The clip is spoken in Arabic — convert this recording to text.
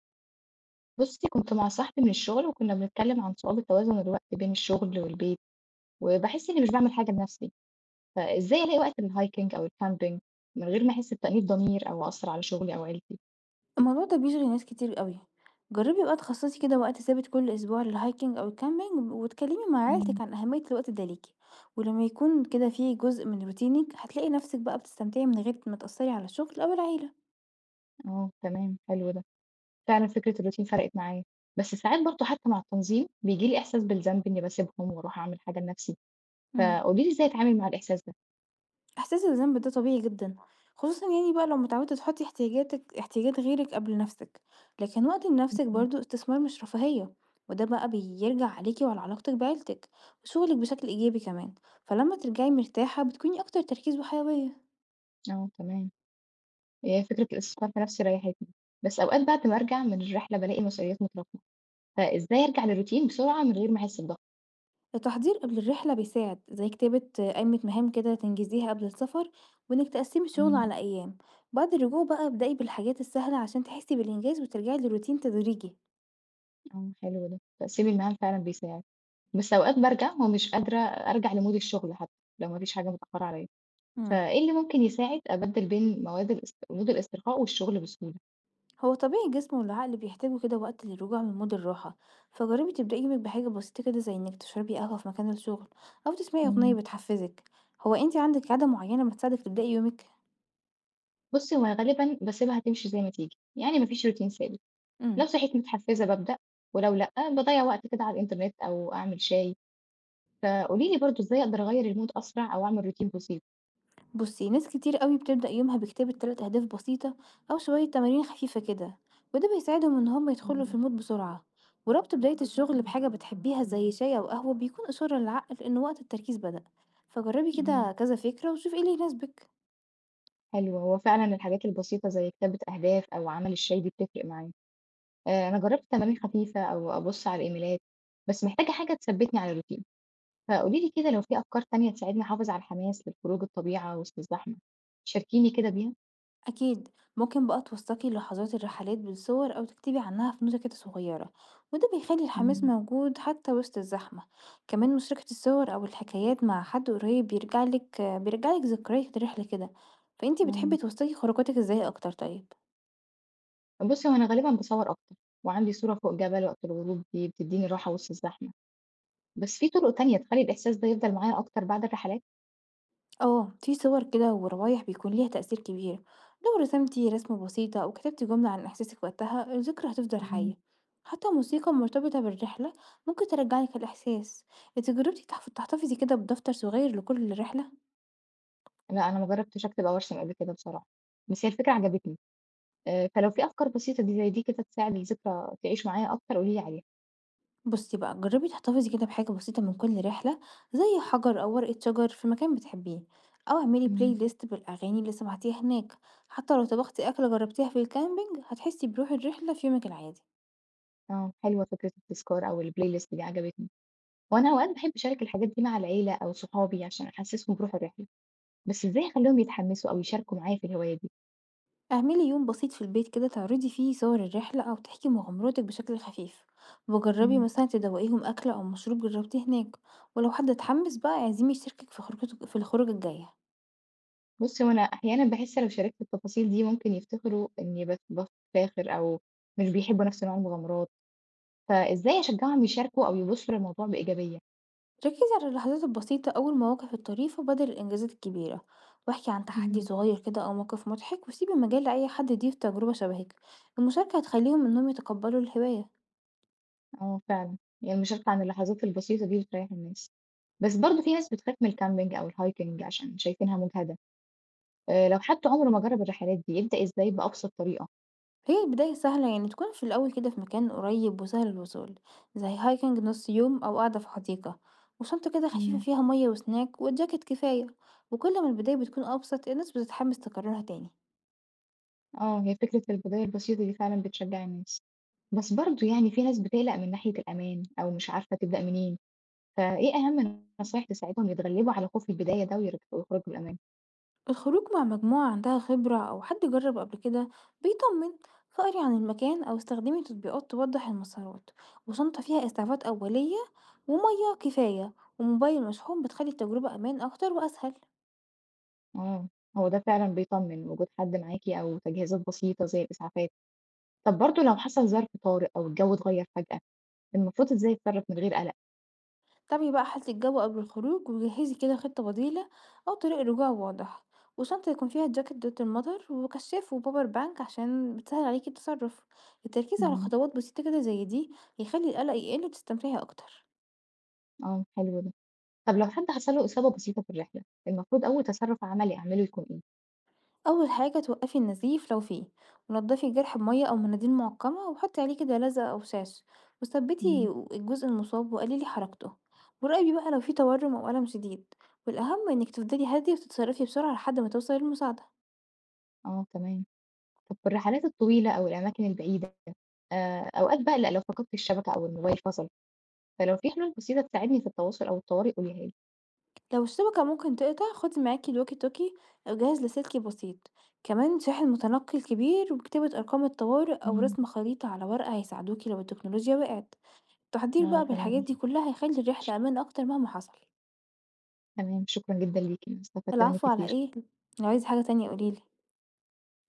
بُصّي، كنت مع صاحبي من الشغل وكنا بنتكلم عن صعوبة توازن الوقت بين الشغل والبيت، وباحس إني مش باعمل حاجة لنفسي، فإزاي ألاقي وقت للhiking أو الcamping من غير ما أحس بتأنيب ضمير أو أأثر على شغلي أو عيلتي؟ الموضوع ده بيشغل ناس كتير أوي، جربي بقى تخصصي كده وقت ثابت كل أسبوع للhiking أو الcamping واتكلمي مع إمم. عيلتك عن أهمية الوقت ده ليكِ، ولما يكون كده في جزء من روتينك هتلاقي نفسك بقى بتستمتعي من غير ما تأثري على الشغل أو العيلة، آه، تمام حلو ده، فعلًا فكرة الروتين فرقت معايا، بس ساعات برضه حتى مع التنظيم بييجي لي إحساس بالذنب إني باسيبهم وأروح أعمل حاجة لنفسي، امم فقولي لي إزاي أتعامل مع الإحساس ده؟ إحساس الذنب ده طبيعي جدا، خصوصا يعني بقى لو متعودة تحطي احتياجاتك احتياجات غيرك قبل نفسك، لكن وقت لنفسك اهم. برضه استثمار مش رفاهية، وده بقى بيرجع عليكي وعلى علاقتك بعيلتك وشغلك بشكل إيجابي كمان، فلما ترجعي مرتاحة بتكوني أكتر تركيز وحيوية. آه، تمام، هي فكرة الاستثمار في نفسي ريحتني، بس أوقات بعد ما أرجع من الرحلة بالاقي مسؤوليات متراكمة. فإزاي أرجع للroutine بسرعة من غير ما أحس بضغط؟ التحضير قبل الرحلة بيساعد، زي كتابة قائمة مهام كده تنجزيها قبل السفر وإنك تقسمي الشغل إمم. على أيام. بعد الرجوع بقى ابدأي بالحاجات السهلة عشان تحسي بالإنجاز وترجعي للروتين تدريجي. آه، حلو ده، تقسيم المهام فعلًا بيساعد، بس أوقات بارجع ومش قادرة أرجع لمود الشغل حتى لو ما فيش حاجة متأخرة عليَّ، مم. فإيه اللي ممكن يساعد أبدِّل بين مواد الاس مود الاسترخاء والشغل بسهولة؟ هو طبيعي الجسم والعقل بيحتاجوا كده وقت للرجوع من مود الراحة، فجربي تبدأي يومك بحاجة بسيطة كده زي إنك تشربي قهوة في مكان الشغل أو تسمعي أغنية إمم. بتحفزك. هو انتي عندك عادة معينة بتساعدك تبدأي يومك؟ بُصي هو غالبًا باسيبها تمشي زي ما تيجي، يعني ما فيش routine ثابت، لو مم. صحيت متحفزة بابدأ، ولو لأ باضيَّع وقت كده على الإنترنت أو أعمل شاي، فقولي لي برضه إزاي أقدر أغير الmood أسرع أو أعمل routine بسيط؟ بصي، ناس كتير قوي بتبدأ يومها بكتابة تلات أهداف بسيطة أو شوية تمارين خفيفة كده، وده بيساعدهم إن هم يدخلوا إمم. في المود بسرعة. وربط بداية الشغل بحاجة بتحبيها زي شاي أو قهوة بيكون إشارة للعقل إن وقت التركيز بدأ، فجربي آه. كده كذا فكرة وشوفي ايه اللي يناسبك. حلو، هو فعلًا الحاجات البسيطة زي كتابة أهداف أو عمل الشاي دي بتفرق معايا، أنا جرّبت تمارين خفيفة أو أبُص على الإيميلات، بس محتاجة حاجة تثبّتني على الroutine، فقولي لي كده لو في أفكار تانية تساعدني أحافظ على الحماس للخروج الطبيعة وسط الزحمة، شاركيني كده بيها. أكيد ممكن بقى توثقي لحظات الرحلات بالصور أو تكتبي عنها في نوتة كده صغيرة، وده بيخلي الحماس إمم. موجود حتى وسط الزحمة. كمان مشاركة الصور أو الحكايات مع حد قريب بيرجعلك ذكريات الرحلة كده. فأنتي إمم. بتحبي توثقي خروجاتك ازاي أكتر طيب؟ بُصّي هو أنا غالبًا باصوَّر أكتر، وعندي صورة فوق جبل وقت الغروب دي بتدّيني راحة وسط الزحمة، بس في طرق تانية تخلّي الإحساس ده يفضل معايا أكتر بعد الرحلات؟ اه، في صور كده وروايح بيكون ليها تأثير كبير. لو رسمتي رسمة بسيطة أو كتبتي جملة عن إحساسك وقتها، الذكرى هتفضل إمم. حية. حتى موسيقى مرتبطة بالرحلة ممكن ترجعلك الإحساس. انت جربتي تحتفظي كده بدفتر صغير لكل رحلة؟ لأ، أنا ما جرّبتش أكتب أو أرسم قبل كده بصراحة، بس هي الفكرة عجبتني. فلو في أفكار بسيطة دي زي دي كده تساعد الذكرى تعيش معايا أكتر قولي لي عليها. بصي بقى، جربي تحتفظي كده بحاجة بسيطة من كل رحلة زي حجر أو ورقة شجر في مكان بتحبيه، أو اعملي بلاي إمم. ليست بالأغاني اللي سمعتيها هناك. حتى لو طبختي أكلة جربتيها في الكامبينج هتحسي بروح الرحلة في يومك العادي. آه، حلوة فكرة التذكار أو الplaylist دي عجبتني، وأنا أوقات باحب أشارك الحاجات دي مع العيلة أو صحابي عشان أحسسهم بروح الرحلة، بس إزاي أخليهم يتحمسوا أو يشاركوا معايا في الهواية دي؟ اعملي يوم بسيط في البيت كده تعرضي فيه صور الرحلة أو تحكي مغامراتك بشكل خفيف، وجربي إمم. مثلا تدوقيهم أكل أو مشروب جربتيه هناك. ولو حد اتحمس بقى اعزمي يشاركك في خروجتك في الخروجة الجاية. بُصّي، هو أنا أحيانًا باحس لو شاركت التفاصيل دي ممكن يفتكروا إني بافتخر أو مش بيحبوا نفس نوع المغامرات، فإزاي أشجعهم يشاركوا أو يبصوا للموضوع بإيجابية؟ ركزي على اللحظات البسيطة أو المواقف الطريفة بدل الإنجازات الكبيرة، واحكي عن تحدي إمم. صغير كده أو موقف مضحك، وسيبي مجال لأي حد يضيف تجربة شبهك. المشاركة هتخليهم إنهم يتقبلوا الهواية. آه فعلًا، هي المشاركة عن اللحظات البسيطة دي بتريّح الناس. بس برضه في ناس بتخاف من الcamping أو الhiking عشان شايفينها مجهدة، لو حد عمره ما جرّب الرحلات دي يبدأ إزاي بأبسط طريقة؟ هي البداية سهلة، يعني تكون في الأول كده في مكان قريب وسهل الوصول زي هايكنج نص يوم أو قاعدة في حديقة، وشنطة كده خفيفة إمم. فيها مية وسناك وجاكيت كفاية. وكل ما البداية بتكون أبسط الناس بتتحمس تكررها تاني. آه، هي فكرة البداية البسيطة دي فعلًا بتشجّع الناس، بس برضه يعني في ناس بتقلق من ناحية الأمان أو مش عارفة تبدأ منين، فإيه أهم نصايح تساعدهم يتغلبوا على خوف البداية ده ويخرجوا بأمان؟ الخروج مع مجموعة عندها خبرة أو حد جرب قبل كده بيطمن. فقري عن المكان أو استخدمي تطبيقات توضح المسارات، وشنطة فيها إسعافات أولية ومية كفاية وموبايل مشحون بتخلي التجربة أمان أكتر وأسهل. آه، هو ده فعلًا بيطمن وجود حد معاكِ أو تجهيزات بسيطة زي الإسعافات، طب برضه لو حصل ظرف طارئ أو الجو اتغيّر فجأة، المفروض إزاي أتصرّف من غير قلق؟ تابعي بقى حالة الجو قبل الخروج وجهزي كده خطة بديلة أو طريق رجوع واضح، وشنطة يكون فيها جاكيت ضد المطر وكشاف وباور بانك عشان بتسهل عليكي التصرف. التركيز على إمم. خطوات بسيطة كده زي دي يخلي القلق يقل وتستمتعي أكتر. آه، حلو ده. طب لو حد حصل له إصابة بسيطة في الرحلة، المفروض أول تصرُّف عملي أعمله يكون إيه؟ أول حاجة توقفي النزيف لو فيه، ونضفي الجرح بمية أو مناديل معقمة وحطي عليه كده لزق أو شاش، وثبتي إمم. الجزء المصاب وقللي حركته، وراقبي بقى لو فيه تورم أو ألم شديد. والأهم إنك تفضلي هادية وتتصرفي بسرعة لحد ما توصلي المساعدة. آه تمام. طب في الرحلات الطويلة أو الأماكن البعيدة أوقات باقلق لو فقدت الشبكة أو الموبايل فصل، فلو في حلول بسيطة تساعدني في التواصل أو الطوارئ قوليها لي. لو الشبكة ممكن تقطع خدي معاكي الوكي توكي أو جهاز لاسلكي بسيط، كمان شاحن متنقل كبير وكتابة أرقام الطوارئ أو إمم. رسم خريطة على ورقة هيساعدوكي لو التكنولوجيا وقعت. التحضير آه بقى بالحاجات دي تمام. كلها هيخلي الرحلة أمان أكتر مهما حصل. تمام، شكرًا جدًا ليكِ، أنا استفدت منِّك العفو على كتير. إيه؟ لو عايزة حاجة تانية قوليلي.